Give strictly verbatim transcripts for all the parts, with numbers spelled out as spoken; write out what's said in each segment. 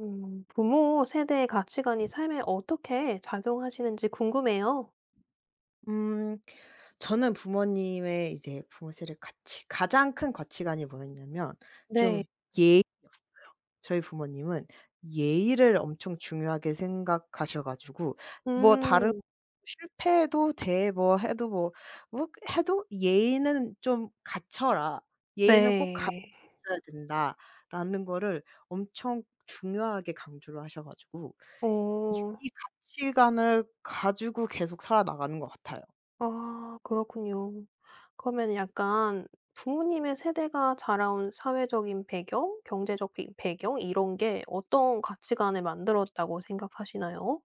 음, 부모 세대의 가치관이 삶에 어떻게 작용하시는지 궁금해요. 음. 저는 부모님의 이제 부모세를 가이 가장 큰 가치관이 뭐였냐면 좀 네. 예의였어요. 저희 부모님은 예의를 엄청 중요하게 생각하셔 가지고 뭐 다른 음. 실패해도 돼, 뭐 해도, 뭐 뭐 해도 "예의는 좀 갖춰라. 예의는 꼭 갖 네. 고 있어야 된다."라는 거를 엄청 중요하게 강조를 하셔 가지고 이 어. 이 가치관을 가지고 계속 살아나가는 것 같아요. 아, 그렇군요. 그러면 약간 부모님의 세대가 자라온 사회적인 배경, 경제적 비- 배경 이런 게 어떤 가치관을 만들었다고 생각하시나요?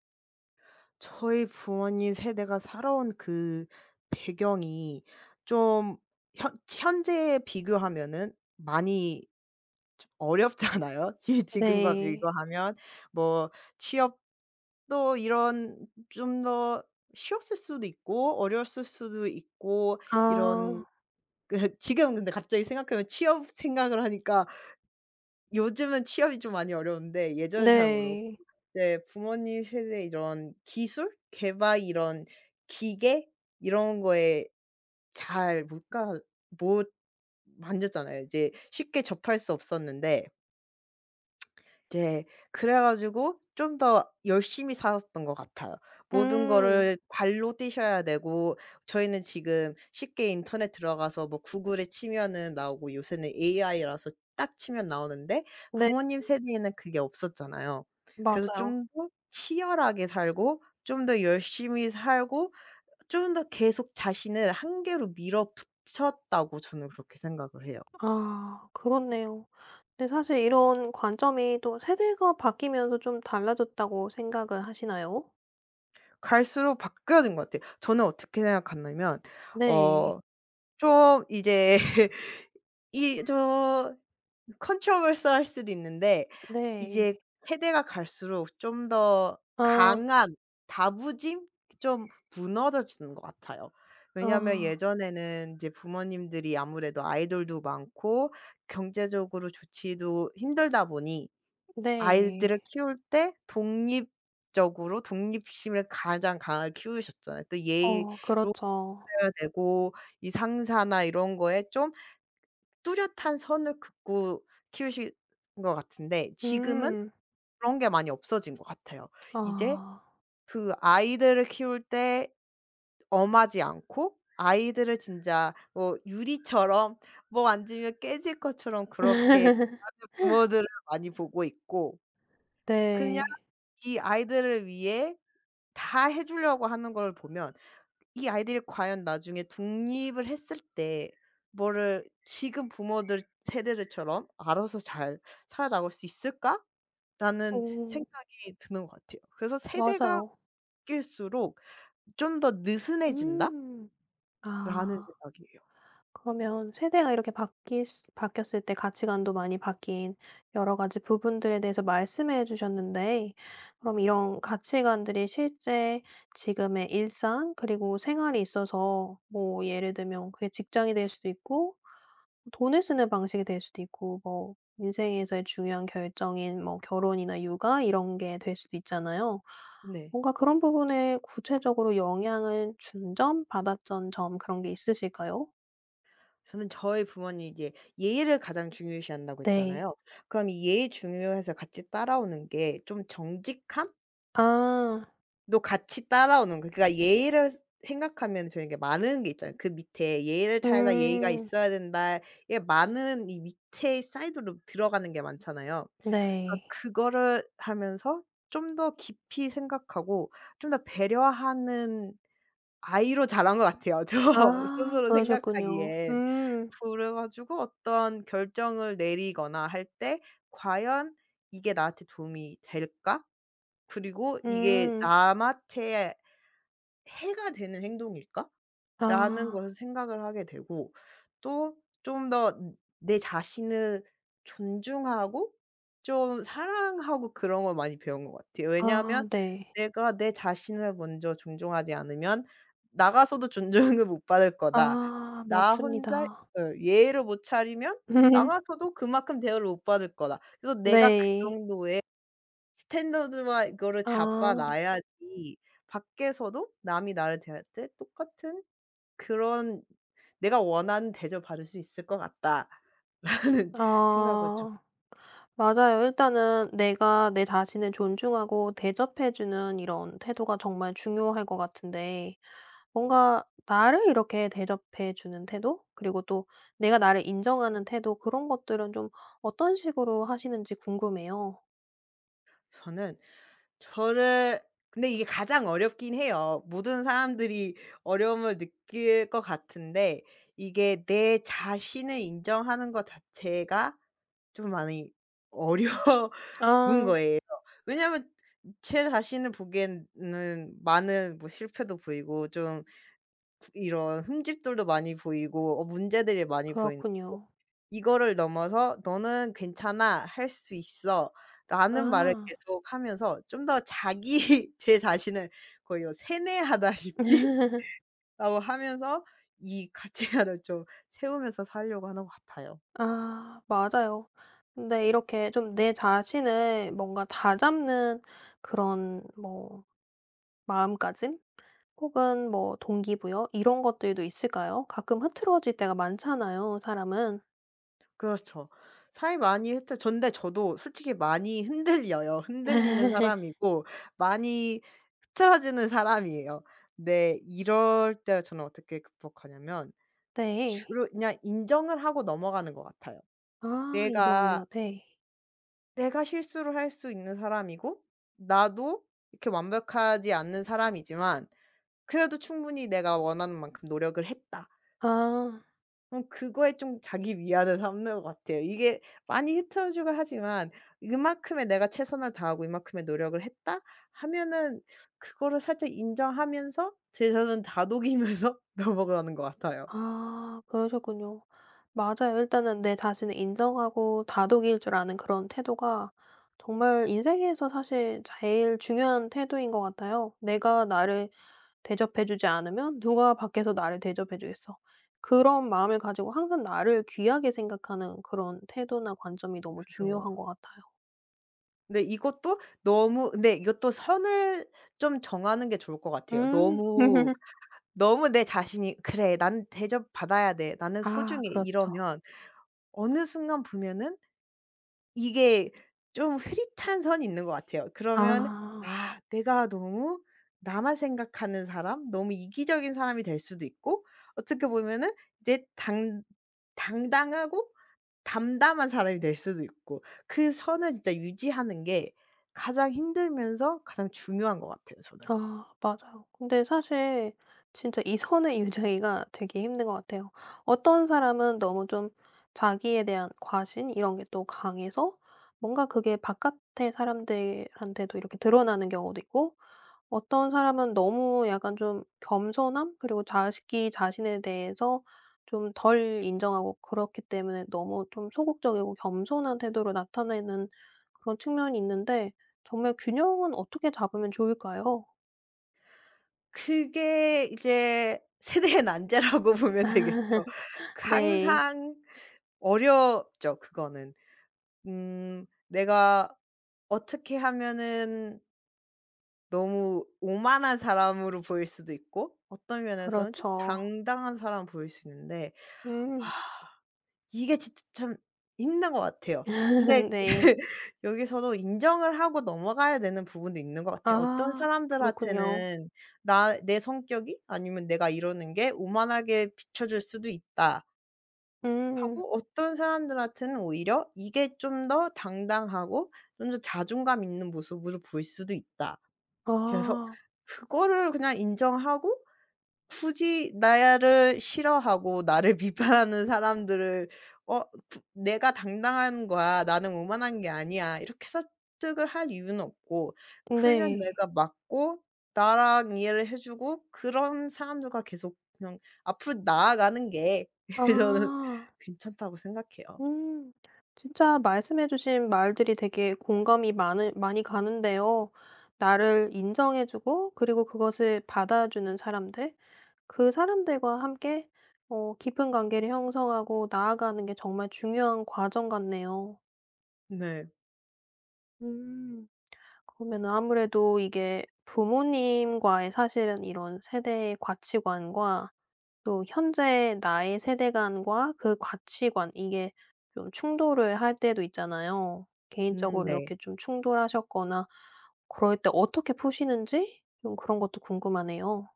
저희 부모님 세대가 살아온 그 배경이 좀 현 현재에 비교하면은 많이 어렵잖아요. 지 지금과 네. 비교하면 뭐 취업도 이런 좀 더 쉬웠을 수도 있고 어려웠을 수도 있고. 이런 아, 그 지금 근데 갑자기 생각하면 취업 생각을 하니까, 요즘은 취업이 좀 많이 어려운데 예전엔 잘 모르고. 네. 이제 부모님 세대 이런 기술, 개발 이런 기계 이런 거에 잘 못가 못 만졌잖아요. 이제 쉽게 접할 수 없었는데, 제 그래 가지고 좀 더 열심히 살았던 것 같아요. 모든 음. 거를 발로 뛰셔야 되고. 저희는 지금 쉽게 인터넷 들어가서 뭐 구글에 치면은 나오고, 요새는 에이아이라서 딱 치면 나오는데 네, 부모님 세대에는 그게 없었잖아요. 그래서 맞아요. 좀 더 치열하게 살고, 좀 더 열심히 살고, 좀 더 계속 자신을 한계로 밀어붙였다고 저는 그렇게 생각을 해요. 아, 그렇네요. 근데 사실 이런 관점이 또 세대가 바뀌면서 좀 달라졌다고 생각을 하시나요? 갈수록 바뀌어진 것 같아요. 저는 어떻게 생각하냐면, 네. 어 좀 이제 이 좀 컨트 n t r 할 수도 있는데, 네. 이제 세대가 갈수록 좀 더 아. 강한 다부짐 좀 무너져지는 것 같아요. 왜냐하면 아. 예전에는 이제 부모님들이 아무래도 아이돌도 많고 경제적으로 좋지도 힘들다 보니, 네. 아이들을 키울 때 독립적으로 독립심을 가장 강하게 키우셨잖아요. 또 예의로 어, 그렇죠. 살아야 되고 이 상사나 이런 거에 좀 뚜렷한 선을 긋고 키우신 것 같은데, 지금은 음. 그런 게 많이 없어진 것 같아요. 이제 아. 그 아이들을 키울 때 엄하지 않고, 아이들을 진짜 뭐 유리처럼, 뭐 앉으면 깨질 것처럼 그렇게 하는 부모들을 많이 보고 있고, 그냥 네. 이 아이들을 위해 다 해 주려고 하는 걸 보면 이 아이들이 과연 나중에 독립을 했을 때 뭐를 지금 부모들 세대들처럼 '알아서 잘 살아나갈 수 있을까?'라는 어, 생각이 드는 것 같아요. 그래서 '세대가 맞아요. 바뀔수록 좀 더 느슨해진다.'라는 음. 아. 생각이에요. 그러면 세대가 이렇게 바뀌 바뀌었을 때 가치관도 많이 바뀐 여러 가지 부분들에 대해서 말씀해 주셨는데, 그럼 이런 가치관들이 실제 지금의 일상 그리고 생활에 있어서 뭐 예를 들면 그게 직장이 될 수도 있고, 돈을 쓰는 방식이 될 수도 있고, 뭐 인생에서의 중요한 결정인 뭐 결혼이나 육아 이런 게 될 수도 있잖아요. 네. 뭔가 그런 부분에 구체적으로 영향을 준 점, 받았던 점 그런 게 있으실까요? 저는 저희 부모님이 이제 예의를 가장 중요시한다고 네. 했잖아요. 그럼 이 예의 중요해서 같이 따라오는 게 좀 정직함? 아. 또 같이 따라오는 거예요. 그러니까 예의를 생각하면 저는 이게 많은 게 있잖아요. 그 밑에 예의를 차리다, 예의가 음. 있어야 된다. 이게 많은 이 밑에 사이드로 들어가는 게 많잖아요. 그러니까 네. 그거를 하면서 좀 더 깊이 생각하고 좀 더 배려하는 아이로 자란 것 같아요, 저 아, 스스로 그러셨군요. 생각하기엔. 음. 그래 가지고 어떤 결정을 내리거나 할 때 '과연 이게 나한테 도움이 될까? 그리고 이게 음. 남한테 해가 되는 행동일까?'라는 아. 것을 생각을 하게 되고, 또 좀 더 음 내 자신을 존중하고 좀 사랑하고 그런 걸 많이 배운 것 같아요. 왜냐하면 아, 네. 내가 내 자신을 먼저 존중하지 않으면 나가서도 존중을 못 받을 거다. 아, 나 혼자 맞습니다. 어 예의를 못 차리면 나가서도 그만큼 대우를 못 받을 거다. 그래서 내가 그 네. 정도의 스탠더드와 이거를 잡아 아. 놔야지 밖에서도 남이 나를 대할 때 똑같은 그런 내가 원하는 대접받을 수 있을 것 같다.'라는 생각을 좀. 아. 맞아요. 일단은 내가 내 자신을 존중하고 대접해 주는 이런 태도가 정말 중요할 것 같은데, 뭔가 나를 이렇게 대접해 주는 태도? 그리고 또 내가 나를 인정하는 태도 그런 것들은 좀 어떤 식으로 하시는지 궁금해요. 저는 저를 근데 이게 가장 어렵긴 해요. 모든 사람들이 어려움을 느낄 것 같은데, 이게 내 자신을 인정하는 것 자체가 좀 많이 어려워 문 아, 거예요. 왜냐하면 제 자신을 보기에는 많은 뭐 실패도 보이고, 좀 이런 흠집들도 많이 보이고 어 문제들이 많이 보이는. 그렇군요. 이거를 넘어서 "너는 괜찮아. 할 수 있어."라는 말을 아. 계속하면서 좀 더 자기 제 자신을 거의 어 세뇌하다시피 라고 하면서 이 가치관을 좀 세우면서 살려고 하는 것 같아요. 아, 맞아요. 근데 이렇게 좀 내 자신을 뭔가 다잡는 그런 뭐 마음가짐 혹은 뭐 동기부여 이런 것들도 있을까요? 가끔 흐트러질 때가 많잖아요, 사람은. 그렇죠. 사이 많이 했죠. 근데 저도 솔직히 많이 흔들려요. 흔들리는 사람이고 많이 흐트러지는 사람이에요. 근데 이럴 때 저는 어떻게 극복하냐면, 네. 주로 그냥 인정을 하고 넘어가는 것 같아요. 아, 내가 인정을요. 네. 내가 실수를 할 수 있는 사람이고, 나도 이렇게 완벽하지 않는 사람이지만 그래도 충분히 내가 원하는 만큼 노력을 했다. 아. 어 그거에 좀 자기 위안을 삼는 것 같아요. 이게 많이 흐트러지고 하지만 이만큼의 내가 최선을 다하고 이만큼의 노력을 했다 하면은 그거를 살짝 인정하면서 최선을 다독이면서 넘어가는 것 같아요. 아, 그러셨군요. 맞아요. 일단은 내 자신을 인정하고 다독일 줄 아는 그런 태도가 정말 인생에서 사실 제일 중요한 태도인 것 같아요. 내가 나를 대접해 주지 않으면 누가 밖에서 나를 대접해 주겠어. 그런 마음을 가지고 항상 나를 귀하게 생각하는 그런 태도나 관점이 너무 그죠. 중요한 것 같아요. 근데 이것도 너무, 근데 이것도 선을 좀 정하는 게 좋을 것 같아요. 음. 너무, 너무 내 자신이 '그래 나는 대접받아야 돼. 나는 아, 소중해.' 그렇죠. 이러면 어느 순간 보면은 이게 좀 흐릿한 선이 있는 것 같아요. 그러면 아. '아, 내가 너무 나만 생각하는 사람, 너무 이기적인 사람이 될 수도 있고, 어떻게 보면은 이제 당 당당하고 담담한 사람이 될 수도 있고. 그 선을 진짜 유지하는 게 가장 힘들면서 가장 중요한 것 같아요 저는. 아, 맞아요. 근데 사실 진짜 이 선을 유지하기가 되게 힘든 것 같아요. 어떤 사람은 너무 좀 자기에 대한 과신 이런 게 또 강해서 뭔가 그게 바깥의 사람들한테도 이렇게 드러나는 경우도 있고, 어떤 사람은 너무 약간 좀 겸손함 그리고 자기 자신에 대해서 좀 덜 인정하고, 그렇기 때문에 너무 좀 소극적이고 겸손한 태도로 나타내는 그런 측면이 있는데, 정말 균형은 어떻게 잡으면 좋을까요? 그게 이제 세대의 난제라고 보면 되겠죠. 네. 항상 어렵죠 그거는. 음 내가 어떻게 하면은 너무 오만한 사람으로 보일 수도 있고, 어떤 면에서는 좀 그렇죠. 당당한 사람 보일 수 있는데. 음. 아 이게 진짜 참 힘든 것 같아요. 근데 네. 여기서도 인정을 하고 넘어가야 되는 부분도 있는 것 같아요. 어떤 아, 그렇군요. 사람들한테는 나 내 성격이 아니면 내가 이러는 게 오만하게 비춰질 수도 있다 음. 하고, 어떤 사람들한테는 오히려 이게 좀 더 당당하고 좀 더 자존감 있는 모습으로 보일 수도 있다. 그래서 아, 그거를 그냥 인정하고, 굳이 나를 싫어하고 나를 비판하는 사람들을 어 구 '내가 당당한 거야. 나는 오만한 게 아니야.' 이렇게 설득을 할 이유는 없고, 그냥 네. 내가 맞고 나랑 이해를 해 주고 그런 사람들과 계속 그냥 앞으로 나아가는 게 저는 아. 괜찮다고 생각해요. 음. 진짜 말씀해 주신 말들이 되게 공감이 많으 많이 가는데요. 나를 인정해 주고 그리고 그것을 받아주는 사람들, 그 사람들과 함께 어 깊은 관계를 형성하고 나아가는 게 정말 중요한 과정 같네요. 네. 음. 그러면 아무래도 이게 부모님과의 사실은 이런 세대의 가치관과 또 현재 나의 세대관과 그 가치관 이게 좀 충돌을 할 때도 있잖아요. 음. 개인적으로 네. 이렇게 좀 충돌하셨거나 그럴 때 어떻게 푸시는지 좀 그런 것도 궁금하네요.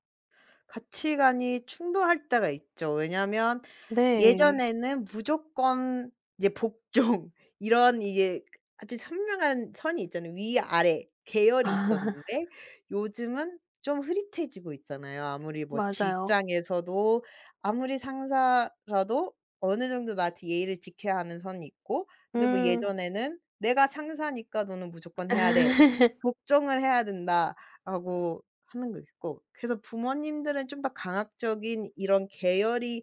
가치관이 충돌할 때가 있죠. 왜냐면 하 네. 예전에는 무조건 이제 복종 이런 이게 아주 선명한 선이 있잖아요. 위아래 계열이 있었는데 요즘은 좀 흐릿해지고 있잖아요. 아무리 뭐 맞아요. 직장에서도 아무리 상사라도 어느 정도 나한테 예의를 지켜야 하는 선이 있고, 근데 뭐 음. 예전에는 "내가 상사니까 너는 무조건 해야 돼. 복종을 해야 된다."라고 하는 거 있고. 그래서 부모님들은 좀 더 강압적인 이런 계열이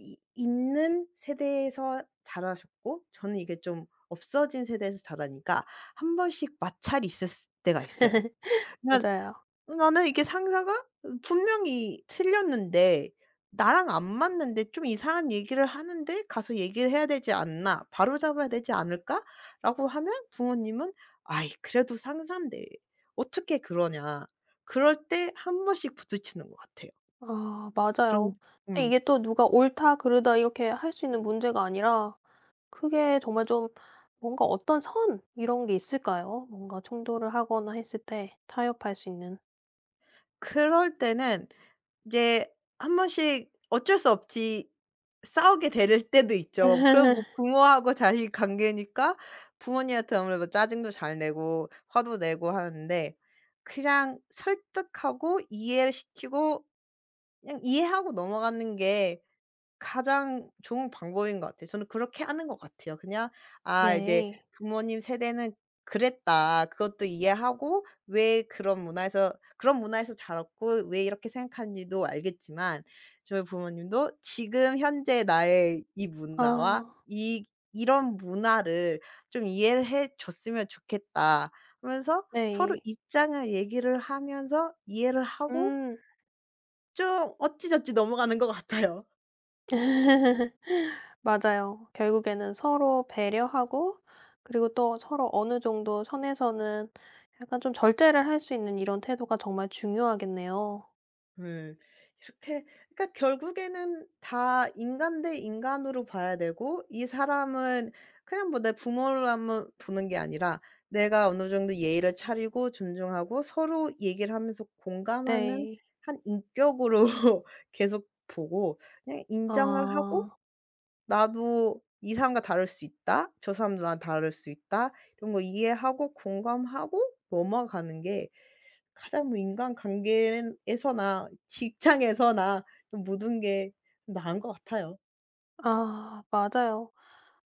이 있는 세대에서 자라셨고, 저는 이게 좀 없어진 세대에서 자라니까 한 번씩 마찰이 있었을 때가 있어요. 맞아요. 나는 이게 상사가 분명히 틀렸는데, 나랑 안 맞는데 좀 이상한 얘기를 하는데, '가서 얘기를 해야 되지 않나. 바로잡아야 되지 않을까?'라고 하면 부모님은 '아이 그래도 상사인데 어떻게 그러냐.' 그럴 때 한 번씩 부딪히는 것 같아요. 아, 좀. 맞아요. 근데 음. 이게 또 누가 옳다 그르다 이렇게 할 수 있는 문제가 아니라, 그게 정말 좀 뭔가 어떤 선 이런 게 있을까요? 뭔가 충돌을 하거나 했을 때 타협할 수 있는. 그럴 때는 이제 한 번씩 어쩔 수 없이 싸우게 될 때도 있죠. 그럼 뭐 부모하고 자식 관계니까 부모님한테 아무래도 뭐 짜증도 잘 내고 화도 내고 하는데, 그냥 설득하고 이해를 시키고 그냥 이해하고 넘어가는 게 가장 좋은 방법인 것 같아요. 저는 그렇게 하는 것 같아요. 그냥 '아 이제 네. 부모님 세대는 그랬다. 그것도 이해하고 왜 그런 문화에서 그런 문화에서 자랐고 왜 이렇게 생각하는지도 알겠지만, 저희 부모님도 지금 현재 나의 이 문화와 아, 이 이런 문화를 좀 이해를 해 줬으면 좋겠다.' 하면서 서로 네. 입장을 얘기를 하면서 이해를 하고 음. 좀 어찌저찌 넘어가는 것 같아요. 맞아요. 결국에는 서로 배려하고, 그리고 또 서로 어느 정도 선에서는 약간 좀 절제를 할 수 있는 이런 태도가 정말 중요하겠네요. 네. 이렇게, 그러니까 결국에는 다 인간 대 인간으로 봐야 되고, 이 사람은 그냥 뭐 내 부모라면 보는 게 아니라 내가 어느 정도 예의를 차리고 존중하고 서로 얘기를 하면서 공감하는 네. 한 인격으로 계속 보고, 그냥 인정을 하고 아. '나도 이 사람과 다를 수 있다. 저 사람도 나랑 다를 수 있다.' 이런 거 이해하고 공감하고 넘어가는 게 가장 뭐 인간관계에서나 직장에서나 좀 모든 게 나은 것 같아요. 아, 맞아요.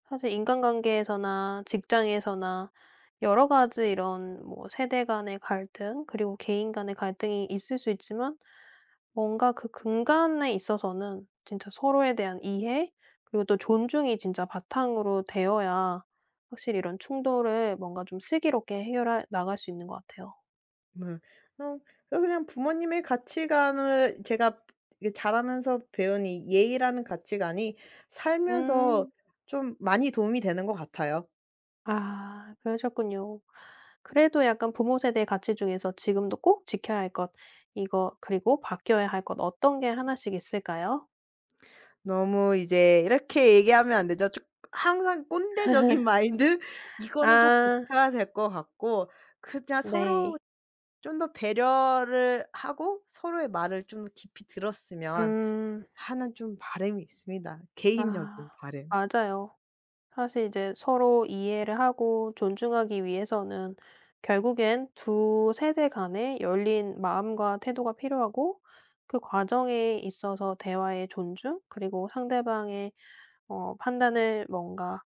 사실 인간관계에서나 직장에서나 여러 가지 이런 뭐 세대 간의 갈등 그리고 개인 간의 갈등이 있을 수 있지만, 뭔가 그 근간에 있어서는 진짜 서로에 대한 이해 그리고 또 존중이 진짜 바탕으로 되어야 확실히 이런 충돌을 뭔가 좀 슬기롭게 해결해 나갈 수 있는 것 같아요. 뭐 어 그래서 그냥 부모님의 가치관을 제가 이게 자라면서 배운 이 예의라는 가치관이 살면서 음. 좀 많이 도움이 되는 것 같아요. 아, 그러셨군요. 그래도 약간 부모 세대의 가치 중에서 지금도 꼭 지켜야 할 것, 이거 그리고 바뀌어야 할 것 어떤 게 하나씩 있을까요? 너무 이제 이렇게 얘기하면 안 되죠. 좀, 항상 꼰대적인 마인드 이거는 좀 아, 고쳐야 될 것 같고, 그냥 서로 네. 좀 더 배려를 하고 서로의 말을 좀 더 깊이 들었으면 하 음. 하나 좀 바람이 있습니다. 개인적인 아, 바람. 맞아요. 사실 이제 서로 이해를 하고 존중하기 위해서는 결국엔 두 세대 간의 열린 마음과 태도가 필요하고, 그 과정에 있어서 대화의 존중 그리고 상대방의 어 판단을 뭔가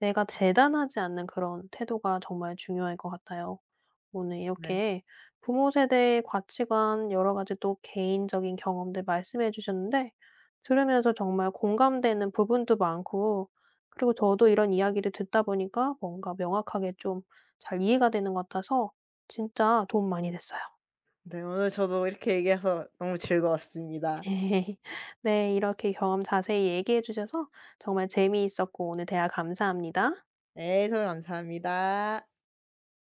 내가 재단하지 않는 그런 태도가 정말 중요할 것 같아요. 오늘 네. 이렇게 부모 세대의 가치관, 여러 가지 또 개인적인 경험들 말씀해 주셨는데, 들으면서 정말 공감되는 부분도 많고, 그리고 저도 이런 이야기를 듣다 보니까 뭔가 명확하게 좀 잘 이해가 되는 것 같아서 진짜 도움 많이 됐어요. 네 오늘 저도 이렇게 얘기해서 너무 즐거웠습니다. 네, 이렇게 경험 자세히 얘기해 주셔서 정말 재미있었고 오늘 대화 감사합니다. 네. 저도 감사합니다.